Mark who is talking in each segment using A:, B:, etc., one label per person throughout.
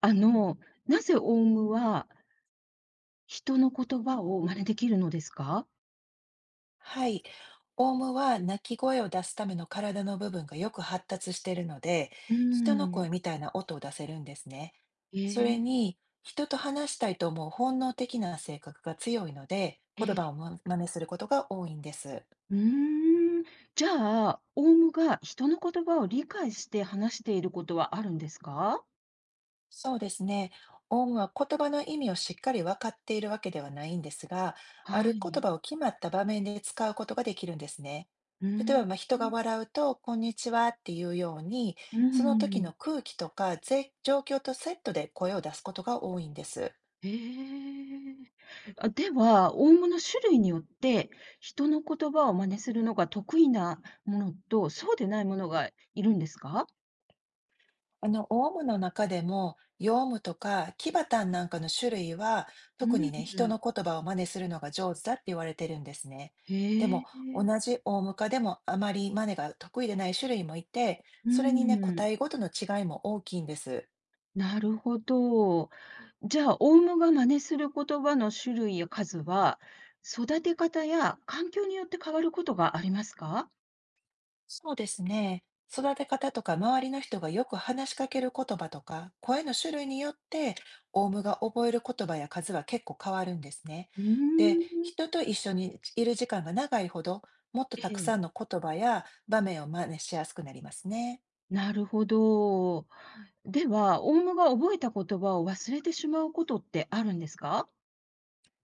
A: あの、なぜオウムは人の言葉を真似できるのですか？
B: はい。オウムは鳴き声を出すための体の部分がよく発達しているので、
A: うー
B: 人の声
A: ん。
B: みたいな音を出せるんですね。
A: え
B: それ
A: え、
B: に、人と話したいと思う本能的な性格が強いので、
A: え
B: 言葉を
A: え。
B: 真似することが多いんです。
A: うーん。じゃあ、オウムが人の言葉を理解して話していることはあるんですか？
B: そうですね。音は言葉の意味をしっかり分かっているわけではないんですが、あ
A: は
B: る言
A: い。
B: 葉を決まった場面で使うことができるんですね。
A: うー
B: 例え
A: ん。
B: ば、まあ、人が笑うと、こんにちはっていうように、
A: うー
B: その時の
A: ん。
B: 空気とか状況とセットで声を出すことが多いんです。
A: ええ。あ、では、オウムの種類によって、人の言葉を真似するのが得意なものと、そうでないものがいるんですか？
B: オウムの中でも、ヨウムとかキバタンなんかの種類は、
A: う
B: 特にね、人
A: ん、
B: の言葉を真似するのが上手だって言われてるんですね。で
A: へ
B: も、
A: え。
B: 同じオウム科でもあまり真似が得意でない種類もいて、
A: うー
B: それにね、個
A: ん、
B: 体ごとの違いも大きいんです。
A: なるほど。じゃあ、オウムが真似する言葉の種類や数は、育て方や環境によって変わることがありますか？
B: そうですね。育て方とか周りの人がよく話しかける言葉とか声の種類によってオウムが覚える言葉や数は結構変わるんですね。
A: う
B: で、
A: ーん。
B: 人と一緒にいる時間が長いほどもっと
A: え
B: たくさ
A: え、
B: んの言葉や場面を真似しやすくなりますね。
A: なるほど。では、オウムが覚えた言葉を忘れてしまうことってあるんですか？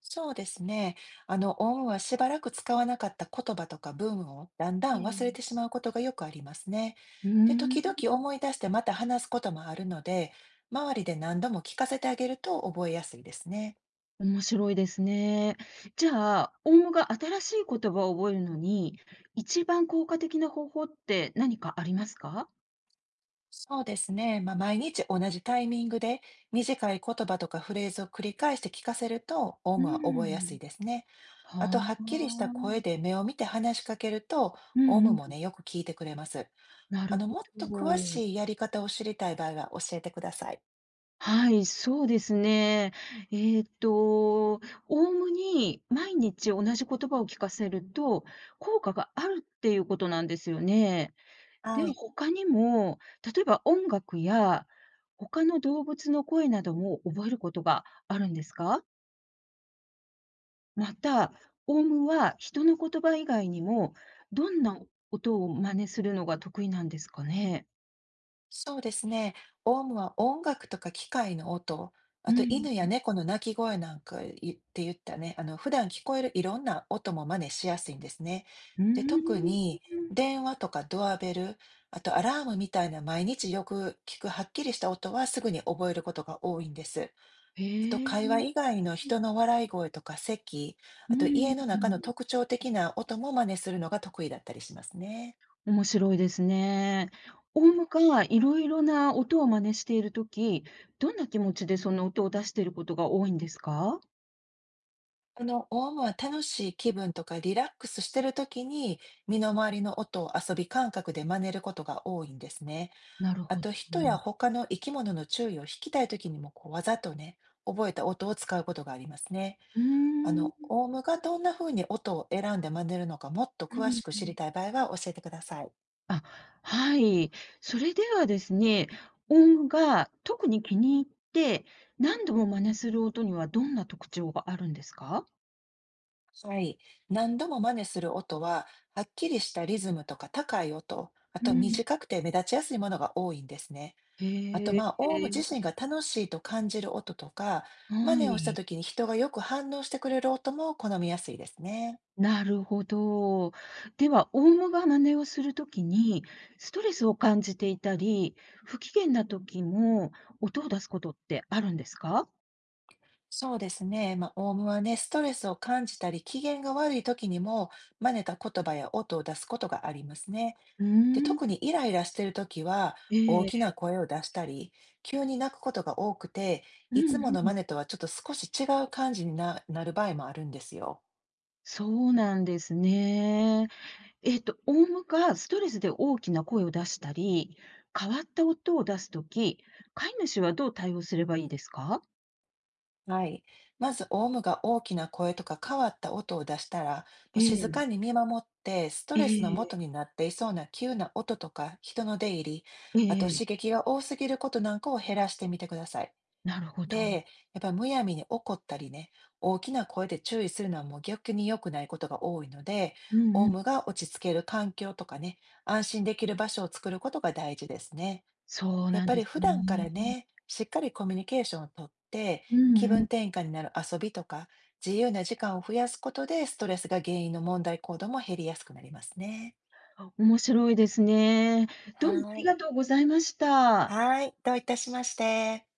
B: そうですね。オウムはしばらく使わなかった言葉とか文をだんだ
A: え
B: ん忘れ
A: え。
B: てしまうことがよくありますね。
A: う
B: で、時
A: ー
B: 々
A: ん、
B: 思い出してまた話すこともあるので、周りで何度も聞かせてあげると覚えやすいですね。
A: 面白いですね。じゃあ、オウムが新しい言葉を覚えるのに、一番効果的な方法って何かありますか？
B: そうですね。まあ、毎日同じタイミングで短い言葉とかフレーズを繰り返して聞かせると、オウ
A: う
B: ムは覚えや
A: ー
B: すい
A: ん。
B: ですね。あ
A: は
B: と、はっきりした声
A: あ。
B: で目を見て話しかけると、
A: う
B: オウ
A: ん
B: ムも
A: うん。
B: ね、よく聞いてくれます。
A: なるほ
B: もっと詳
A: ど。
B: しいやり方を知りたい場合は教えてください。
A: はい、そうですね。えっと、ムに毎日同じ言葉を聞かせると、効果があるっていうことなんですよね。で
B: は
A: は
B: い。
A: 他にも、例えば音楽や他の動物の声なども覚えることがあるんですか？また、オウムは人の言葉以外にも、どんな音を真似するのが得意なんですかね？
B: そうですね。オウムは音楽とか機械の音、あ
A: う
B: と
A: ん。
B: 犬や猫の鳴き声なんかいって言ったね、あの普段聞こえるいろんな音も真似しやすいんですね。
A: う
B: で、特
A: ーん。
B: に電話とかドアベル、あとアラームみたいな毎日よく聞くはっきりした音はすぐに覚えることが多いんです。
A: へ
B: あと会話以
A: え。
B: 外の人の笑い声とか咳、
A: う
B: あと家
A: ん。
B: の中の特徴的な音も真似するのが得意だったりしますね。
A: 面白いですね。オウムがいろいろな音を真似しているとき、どんな気持ちでその音を出していることが多いんですか？
B: オウムは楽しい気分とかリラックスしてる時に身の回りの音を遊び感覚で真似ることが多いんですね。
A: なる
B: あ
A: ほど。
B: と人
A: う
B: や他の生き物の注意を引きたい時にもこうわざとね、覚えた音を使うことがありますね。
A: ー、
B: オウムがどんな風に音を選んで真似るのかもっと
A: うん
B: 詳しく
A: う
B: 知り
A: ん。
B: たい場合は教えてください。
A: あ、はい。それではですね、オウムが特に気に入って何度も真似する音にはどんな特徴があるんですか？
B: はい。何度も真似する音は、はっきりしたリズムとか高い音、あ
A: う
B: と
A: ん。
B: 短くて目立ちやすいものが多いんですね。あと、
A: へえ。
B: まあ、オウム自身が楽しいと感じる音とか、真
A: は
B: 似をした
A: い。
B: 時に人がよく反応してくれる音も好みやすいですね。
A: なるほど。では、オウムが真似をするときに、ストレスを感じていたり、不機嫌なときも、音を出すことってあるんですか？
B: そうですね。まあ、オウムはね、ストレスを感じたり、機嫌が悪い時にも、真似た言葉や音を出すことがありますね。
A: うー
B: で、特
A: ん。
B: にイライラしてるときは、
A: え
B: 大
A: え。
B: きな声を出したり、急に泣くことが多くて、
A: う
B: いつも
A: ん
B: の
A: うん。
B: マネとはちょっと少し違う感じになる場合もあるんですよ。
A: そうなんですね。オウムがストレスで大きな声を出したり、変わった音を出すとき、飼い主はどう対応すればいいですか？
B: はい。まず、オウムが大きな声とか変わった音を出したら、もう
A: え
B: 静
A: え、
B: かに見守って、スト
A: え
B: レスの
A: え、
B: 元になっていそうな急な音とか人の出入り、
A: え
B: あと
A: え。
B: 刺激が多すぎることなんかを減らしてみてください。
A: なるほど。
B: で、やっぱりむやみに怒ったりね、大きな声で注意するのはもう逆に良くないことが多いので、
A: う
B: オ
A: んう
B: ウム
A: ん。
B: が落ち着ける環境とかね、安心できる場所を作ることが大事ですね。
A: そう
B: やっ
A: なん
B: ぱ
A: で
B: り
A: す
B: 普段か
A: ね。
B: らね、しっかりコミュニケーションをとって、
A: うん
B: 気
A: う
B: 分
A: ん。
B: 転換になる遊びとか、自由な時間を増やすことで、ストレスが原因の問題行動も減りやすくなりますね。
A: あ、面白いですね。どうもあ
B: は
A: り
B: い。
A: がとうございました。
B: はい、どういたしまして。